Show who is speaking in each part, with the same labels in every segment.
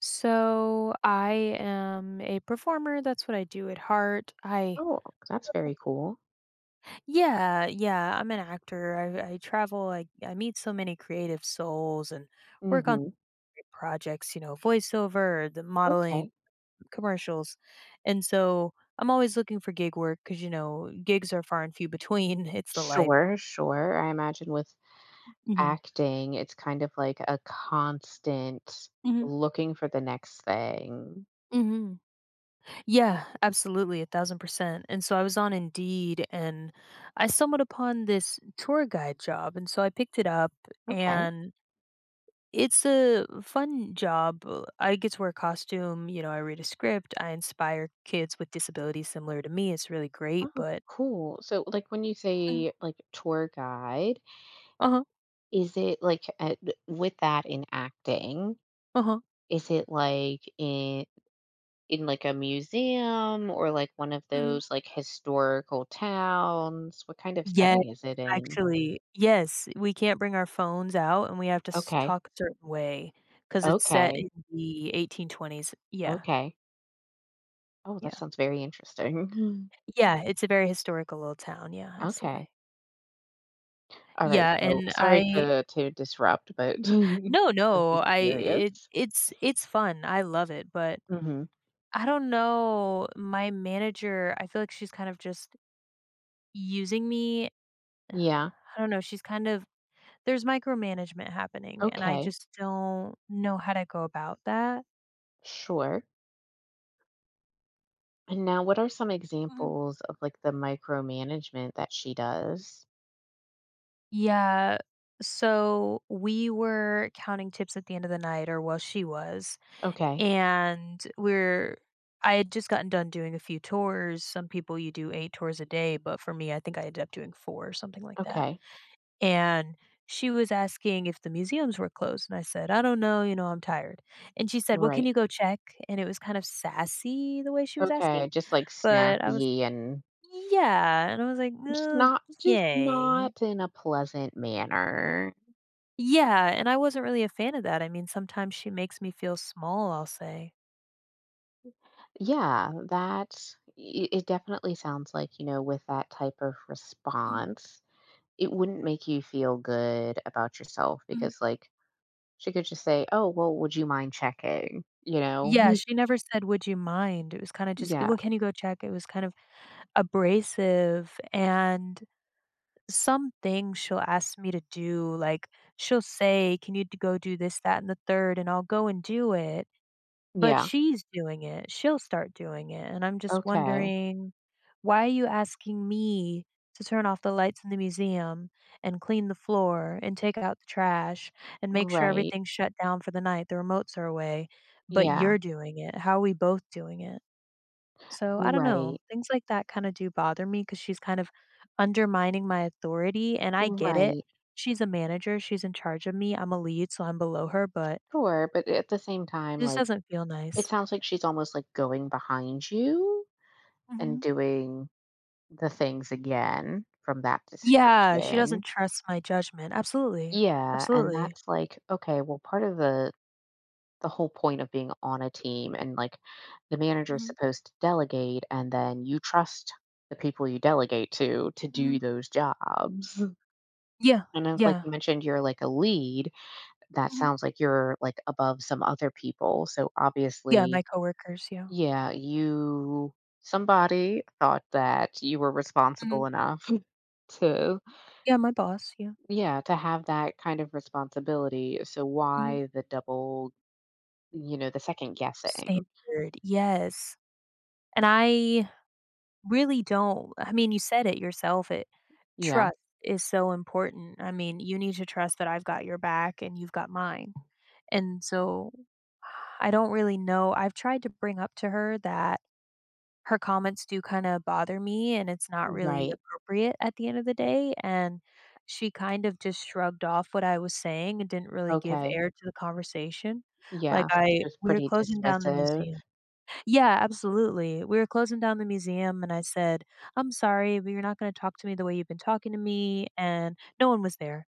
Speaker 1: So I am a performer. That's what I do at heart. I
Speaker 2: Oh, that's very cool.
Speaker 1: Yeah, yeah, I'm an actor. I travel. I meet so many creative souls and work on
Speaker 2: Mhm.
Speaker 1: great projects, you know, voiceover, the modeling,
Speaker 2: Okay.
Speaker 1: commercials. And so I'm always looking for gig work cuz you know, gigs are far and few between. It's the life.
Speaker 2: Sure, sure. I imagine with
Speaker 1: Mhm.
Speaker 2: acting, it's kind of like a constant
Speaker 1: hmm
Speaker 2: looking for the next thing.
Speaker 1: hmm Yeah, absolutely, 1000%. And so I was on Indeed and I stumbled upon this tour guide job. And so I picked it up
Speaker 2: Okay.
Speaker 1: and it's a fun job. I get to wear a costume, you know, I read a script, I inspire kids with disabilities similar to me. It's really great,
Speaker 2: Oh,
Speaker 1: but
Speaker 2: cool. So, like, when you
Speaker 1: Mm,
Speaker 2: say like tour guide,
Speaker 1: uh-huh,
Speaker 2: is it like with that in acting?
Speaker 1: uh-huh.
Speaker 2: Is it like in like a museum or like one of
Speaker 1: Mhm.
Speaker 2: those like historical towns? What kind of
Speaker 1: Yet,
Speaker 2: setting is it in?
Speaker 1: actually, yes, we can't bring our phones out and we have to
Speaker 2: Okay.
Speaker 1: talk a certain way because it's set
Speaker 2: Okay.
Speaker 1: in the 1820s. Yeah,
Speaker 2: Okay. Oh, that
Speaker 1: yeah.
Speaker 2: sounds very interesting. Mhm.
Speaker 1: Yeah, it's a very historical little town. Yeah,
Speaker 2: Okay.
Speaker 1: absolutely.
Speaker 2: All right.
Speaker 1: Yeah,
Speaker 2: So
Speaker 1: and
Speaker 2: sorry
Speaker 1: I
Speaker 2: to disrupt, but I
Speaker 1: No,
Speaker 2: was
Speaker 1: no,
Speaker 2: just
Speaker 1: I
Speaker 2: curious.
Speaker 1: it it's fun. I love it, but
Speaker 2: hmm
Speaker 1: I don't know, my manager, I feel like she's kind of just using me.
Speaker 2: Yeah.
Speaker 1: I don't know, she's kind of there's micromanagement happening, and I
Speaker 2: Okay.
Speaker 1: just don't know how to go about that.
Speaker 2: Sure. And now, what are some
Speaker 1: Mhm.
Speaker 2: examples of like the micromanagement that she does?
Speaker 1: Yeah, so we were counting tips at the end of the night, or well, she was,
Speaker 2: Okay.
Speaker 1: and we're I had just gotten done doing a few tours. Some people you do 8 tours a day, but for me, I think I ended up doing 4 or something like that.
Speaker 2: Okay.
Speaker 1: And she was asking if the museums were closed, and I said, "I don't know, you know, I'm tired." And she said, "Well, can
Speaker 2: Right.
Speaker 1: you go check?" And it was kind of sassy the way she was asking,
Speaker 2: Okay. Just like
Speaker 1: but I was
Speaker 2: snappy and
Speaker 1: yeah, and I was like,
Speaker 2: just
Speaker 1: "Okay."
Speaker 2: not in a pleasant manner.
Speaker 1: Yeah, and I wasn't really a fan of that. I mean, sometimes she makes me feel small, I'll say.
Speaker 2: Yeah, that it definitely sounds like, you know, with that type of
Speaker 1: Mhm,
Speaker 2: response, it wouldn't make you feel good about yourself
Speaker 1: mhm.
Speaker 2: because, like, she could just say, oh, well, would you mind checking? You know?
Speaker 1: Yeah, she never said, "Would you mind?" It was kinda just,
Speaker 2: Yeah.
Speaker 1: "Well, can you go check?" It was kind of abrasive, and some things she'll ask me to do, like, she'll say, "Can you d go do this, that, and the third?" And I'll go and do it. But
Speaker 2: Yeah.
Speaker 1: she'll start doing it, and I'm just
Speaker 2: Okay.
Speaker 1: wondering, why are you asking me to turn off the lights in the museum and clean the floor and take out the trash and make sure
Speaker 2: Right.
Speaker 1: everything's shut down for the night, the remotes are away, but
Speaker 2: Yeah.
Speaker 1: you're doing it? How are we both doing it? So, I don't know,
Speaker 2: Right.
Speaker 1: things like that kinda do bother me because she's kind of undermining my authority, and I get it.
Speaker 2: Right.
Speaker 1: She's a manager, she's in charge of me, I'm a lead, so I'm below her, but
Speaker 2: Sure. But at the same
Speaker 1: it
Speaker 2: time,
Speaker 1: just
Speaker 2: like,
Speaker 1: doesn't feel
Speaker 2: it
Speaker 1: nice.
Speaker 2: sounds like she's almost like going behind you and
Speaker 1: Mhm.
Speaker 2: doing the things again from that
Speaker 1: Yeah, she doesn't
Speaker 2: description.
Speaker 1: trust my judgment. Absolutely,
Speaker 2: Yeah, and
Speaker 1: absolutely.
Speaker 2: that's like, okay, well, part of the whole point of being on a team, and like the manager's
Speaker 1: Mhm,
Speaker 2: supposed to delegate and then you trust the people you delegate to do
Speaker 1: mhm.
Speaker 2: those jobs.
Speaker 1: Yeah,
Speaker 2: And if like
Speaker 1: yeah.
Speaker 2: you mentioned you're like a lead, that
Speaker 1: Mhm.
Speaker 2: sounds like you're like above some other people. So
Speaker 1: Yeah, my
Speaker 2: obviously,
Speaker 1: coworkers, yeah.
Speaker 2: yeah, you somebody thought that you were
Speaker 1: Mhm.
Speaker 2: responsible enough to
Speaker 1: Yeah, my boss, yeah.
Speaker 2: yeah, to have that kind of responsibility. So
Speaker 1: Mhm.
Speaker 2: why the double? You know, the second guessing.
Speaker 1: Standard, yes, and I really don't I mean, you said it yourself, it
Speaker 2: Yeah.
Speaker 1: trust is so important. I mean, you need to trust that I've got your back and you've got mine, and so I don't really know I've tried to bring up to her that her comments do kinda bother me, and it's not really
Speaker 2: Right.
Speaker 1: appropriate at the end of the day, and she kind of just shrugged off what I was saying and didn't really give
Speaker 2: Okay.
Speaker 1: air to the conversation. Like,
Speaker 2: Yeah, so
Speaker 1: I
Speaker 2: she's
Speaker 1: we were
Speaker 2: pretty
Speaker 1: closing down the
Speaker 2: dismissive.
Speaker 1: museum. Yeah, absolutely. We were closing down the museum, and I said, "I'm sorry, but you're not gonna talk to me the way you've been talking to me," and no one was there.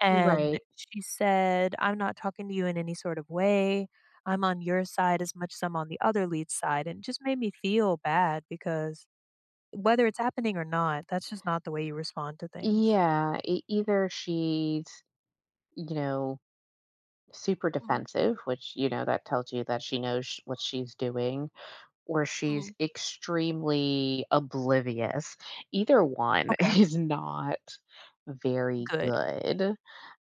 Speaker 1: And
Speaker 2: Right.
Speaker 1: she said, "I'm not talking to you in any sort of way. I'm on your side as much as I'm on the other lead's side." And it just made me feel bad because whether it's happening or not, that's just not the way you respond to things.
Speaker 2: Yeah, e either she's, you know, super
Speaker 1: Mhm,
Speaker 2: defensive, which, you know, that tells you that she knows sh what she's doing, or she's
Speaker 1: mhm.
Speaker 2: extremely oblivious. Either one
Speaker 1: Okay,
Speaker 2: is not very
Speaker 1: good.
Speaker 2: good.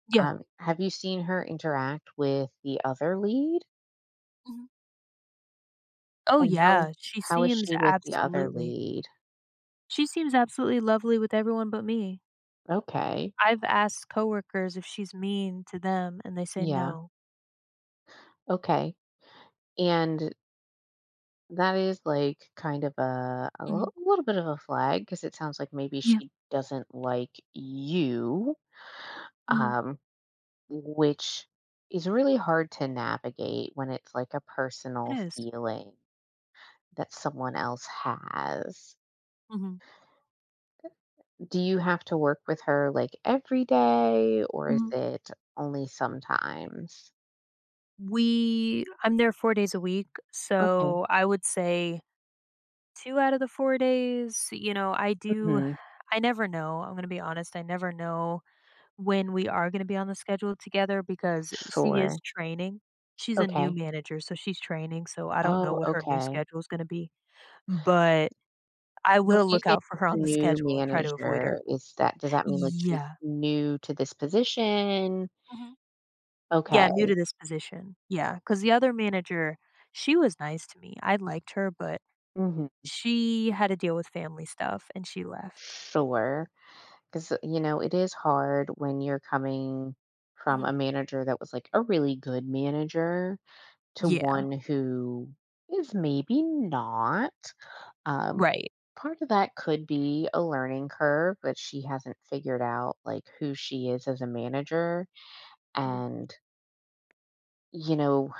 Speaker 1: Yeah.
Speaker 2: Have you seen her interact with the other lead?
Speaker 1: Mhm. Oh,
Speaker 2: And
Speaker 1: yeah,
Speaker 2: how is she with the other lead?
Speaker 1: she seems absolutely lovely with everyone but me.
Speaker 2: Okay.
Speaker 1: I've asked coworkers if she's mean to them, and they say
Speaker 2: Yeah.
Speaker 1: no.
Speaker 2: Okay. And that is like kind of a
Speaker 1: Mhm.
Speaker 2: little bit of a flag because it sounds like maybe
Speaker 1: Yeah.
Speaker 2: she doesn't like you,
Speaker 1: Mhm.
Speaker 2: um, which is really hard to navigate when it's like a personal
Speaker 1: It is.
Speaker 2: feeling that someone else has.
Speaker 1: Mhm.
Speaker 2: Do you have to work with her like every day or is
Speaker 1: Mhm.
Speaker 2: it only sometimes?
Speaker 1: We I'm there 4 days a week,
Speaker 2: Okay.
Speaker 1: so I would say 2 out of the 4 days, you know,
Speaker 2: hmm
Speaker 1: I never know, I'm gonna be honest, I never know when we are gonna be on the schedule together because she is
Speaker 2: Sure.
Speaker 1: training. She's a new
Speaker 2: Okay.
Speaker 1: manager, so she's training, so I don't know
Speaker 2: Oh,
Speaker 1: what her new
Speaker 2: okay.
Speaker 1: schedule is gonna be, but
Speaker 2: So
Speaker 1: I
Speaker 2: when
Speaker 1: will
Speaker 2: you
Speaker 1: look
Speaker 2: say
Speaker 1: out for her
Speaker 2: the
Speaker 1: on the
Speaker 2: new
Speaker 1: schedule and try to avoid her.
Speaker 2: manager, is that does that mean, like, she's
Speaker 1: Yeah.
Speaker 2: new to this position?
Speaker 1: Mhm. Yeah,
Speaker 2: Okay.
Speaker 1: new to this position. Yeah, because the other manager, she was nice to me. I liked her, but
Speaker 2: Mhm.
Speaker 1: she had to deal with family stuff, and she left.
Speaker 2: Because you know, it is hard when you're coming from
Speaker 1: Mhm.
Speaker 2: a manager that was, like, a really good manager to
Speaker 1: Yeah,
Speaker 2: one who is maybe not. Um,
Speaker 1: right.
Speaker 2: part of that could be a learning curve, but she hasn't figured out, like, who she is as a manager,
Speaker 1: Mhm.
Speaker 2: and, you know,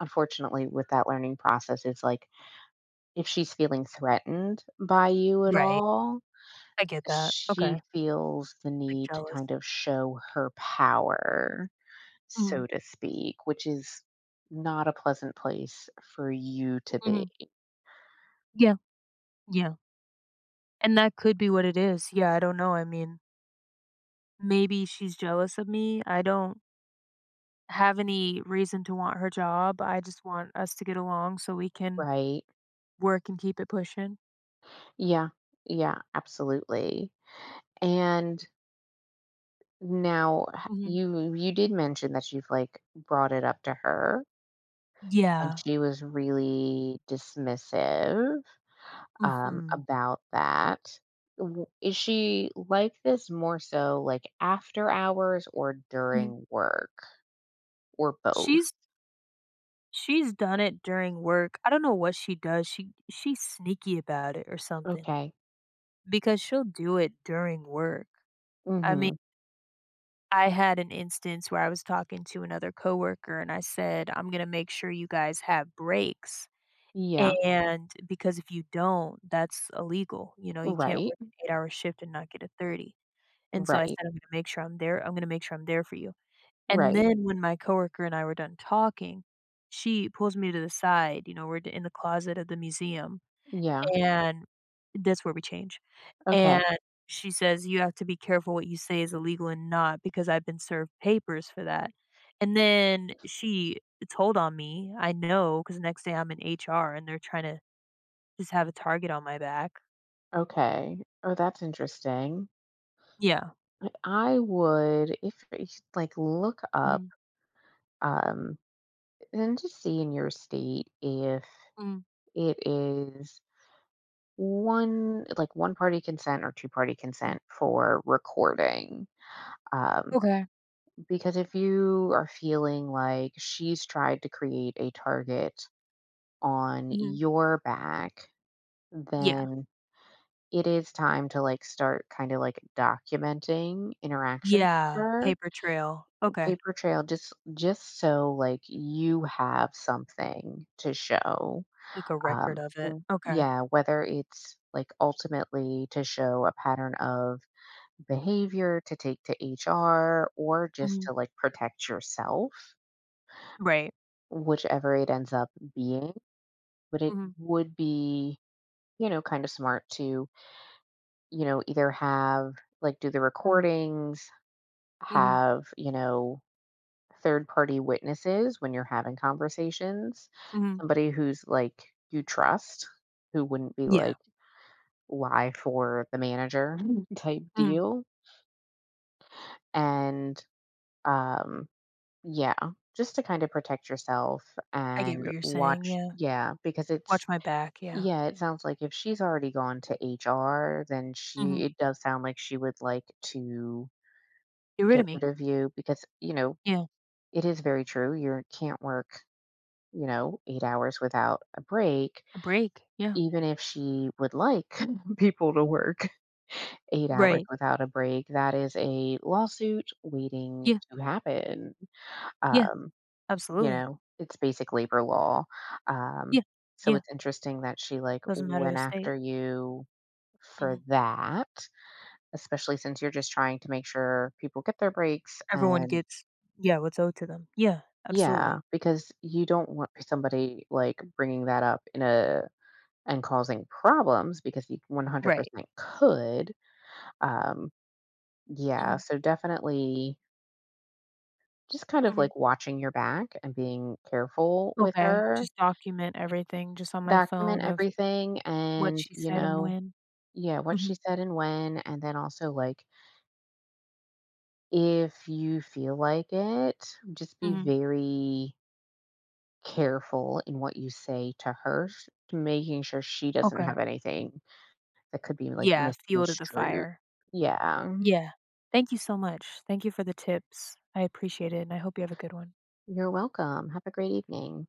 Speaker 2: unfortunately with that learning process is like if she's feeling threatened by you at
Speaker 1: Right,
Speaker 2: all,
Speaker 1: I get that.
Speaker 2: she
Speaker 1: Okay,
Speaker 2: feels the
Speaker 1: like,
Speaker 2: need to
Speaker 1: jealous.
Speaker 2: kind of show her power,
Speaker 1: Mhm.
Speaker 2: so to speak, which is not a pleasant place for you to be.
Speaker 1: Mhm. Yeah, yeah, and that could be what it is. Yeah, I don't know, I mean, maybe she's jealous of me, I don't have any reason to want her job, I just want us to get along so we can
Speaker 2: Right.
Speaker 1: work and keep it pushing.
Speaker 2: Yeah, yeah, absolutely. And now,
Speaker 1: Mhm.
Speaker 2: you did mention that you've like brought it up to her. And
Speaker 1: Yeah,
Speaker 2: she was really dismissive,
Speaker 1: mhm.
Speaker 2: about that. W Is she like this more so, like, after hours or
Speaker 1: Mhm.
Speaker 2: during work, or both?
Speaker 1: She's She's done it during work. I don't know what she does. She's sneaky about it or something
Speaker 2: Okay.
Speaker 1: because she'll do it during work. I mean,
Speaker 2: Mhm.
Speaker 1: I had an instance where I was talking to another coworker and I said, "I'm going to make sure you guys have breaks."
Speaker 2: Yeah.
Speaker 1: And because if you don't, that's illegal. You know, you can't
Speaker 2: Right.
Speaker 1: work an 8-hour shift and not get a 30. And so I
Speaker 2: Right.
Speaker 1: said, "I'm going to make sure I'm there. I'm going to make sure I'm there for you." And
Speaker 2: Right.
Speaker 1: then when my coworker and I were done talking, she pulls me to the side, you know, we're d in the closet of the museum,
Speaker 2: Yeah.
Speaker 1: and that's where we change,
Speaker 2: Okay.
Speaker 1: and she says, "You have to be careful what you say is illegal and not, because I've been served papers for that." And then she told on me, I know because the next day I'm in HR and they're trying to just have a target on my back.
Speaker 2: Okay. Oh, that's interesting.
Speaker 1: Yeah.
Speaker 2: I would if like, look up,
Speaker 1: Mhm.
Speaker 2: um, and just see in your state if
Speaker 1: Mm,
Speaker 2: it is one like one party consent or two party
Speaker 1: mm.
Speaker 2: consent for recording, um,
Speaker 1: Okay.
Speaker 2: because if you are feeling like she's tried to create a target on
Speaker 1: Mhm.
Speaker 2: your back,
Speaker 1: Yeah.
Speaker 2: then it is time to like start kind of like documenting interactions with
Speaker 1: Yeah,
Speaker 2: her.
Speaker 1: paper trail. Okay.
Speaker 2: Paper trail. Just so like you have something to show,
Speaker 1: Like a record of it. Okay.
Speaker 2: yeah, whether it's like ultimately to show a pattern of behavior to take to HR or just
Speaker 1: Mhm.
Speaker 2: to like protect yourself,
Speaker 1: Right.
Speaker 2: whichever it ends up being. But it
Speaker 1: Mhm,
Speaker 2: would be, you know, kind of smart to, you know, either have like do the
Speaker 1: mhm,
Speaker 2: recordings,
Speaker 1: mhm,
Speaker 2: have, you know, third party witnesses when you're having conversations,
Speaker 1: mhm,
Speaker 2: somebody who's like you trust, who wouldn't be
Speaker 1: Yeah.
Speaker 2: like lie for the manager type
Speaker 1: mhm.
Speaker 2: deal. And um, yeah, just to kind of protect yourself
Speaker 1: I get what
Speaker 2: and
Speaker 1: you're saying,
Speaker 2: watch,
Speaker 1: yeah.
Speaker 2: yeah, because it's
Speaker 1: Watch my back, yeah.
Speaker 2: yeah, it sounds like if she's already gone to HR, then
Speaker 1: Mhm.
Speaker 2: she it does sound like she would like to
Speaker 1: Get rid of
Speaker 2: get rid
Speaker 1: me.
Speaker 2: of you because, you know,
Speaker 1: Yeah.
Speaker 2: it is very true. You can't work, you know, 8 hours without a break,
Speaker 1: A break. Yeah.
Speaker 2: even if she would like people to work 8 hours
Speaker 1: Right.
Speaker 2: without a break. That is a lawsuit waiting
Speaker 1: Yeah.
Speaker 2: to happen.
Speaker 1: Yeah.
Speaker 2: Um, you
Speaker 1: Absolutely.
Speaker 2: know, it's basic labor law. Um,
Speaker 1: Yeah.
Speaker 2: so
Speaker 1: Yeah.
Speaker 2: it's interesting that she, like,
Speaker 1: Doesn't matter the
Speaker 2: went
Speaker 1: state.
Speaker 2: after you
Speaker 1: Mhm.
Speaker 2: for that, especially since you're just trying to make sure people get their breaks.
Speaker 1: Everyone
Speaker 2: And
Speaker 1: gets yeah, what's owed to them. Yeah, absolutely.
Speaker 2: yeah, because you don't want somebody, like, bringing that up in a and causing problems because you
Speaker 1: Right.
Speaker 2: 100% could. Um, yeah,
Speaker 1: Mhm,
Speaker 2: so definitely just kind of,
Speaker 1: mhm.
Speaker 2: like, watching your back and being careful with
Speaker 1: Okay.
Speaker 2: her.
Speaker 1: Just document everything just on my
Speaker 2: Document
Speaker 1: phone of
Speaker 2: everything
Speaker 1: what
Speaker 2: and,
Speaker 1: she
Speaker 2: you
Speaker 1: said and
Speaker 2: know,
Speaker 1: when.
Speaker 2: yeah, what she
Speaker 1: Mhm.
Speaker 2: said and when, and then also, like, if you feel like it, just be
Speaker 1: Mhm.
Speaker 2: very careful in what you say to her, sh making sure she doesn't
Speaker 1: Okay.
Speaker 2: have anything that could be, like,
Speaker 1: Yeah, fuel to the
Speaker 2: misconstrued.
Speaker 1: fire.
Speaker 2: Yeah.
Speaker 1: Yeah. Thank you so much. Thank you for the tips. I appreciate it, and I hope you have a good one.
Speaker 2: You're welcome. Have a great evening.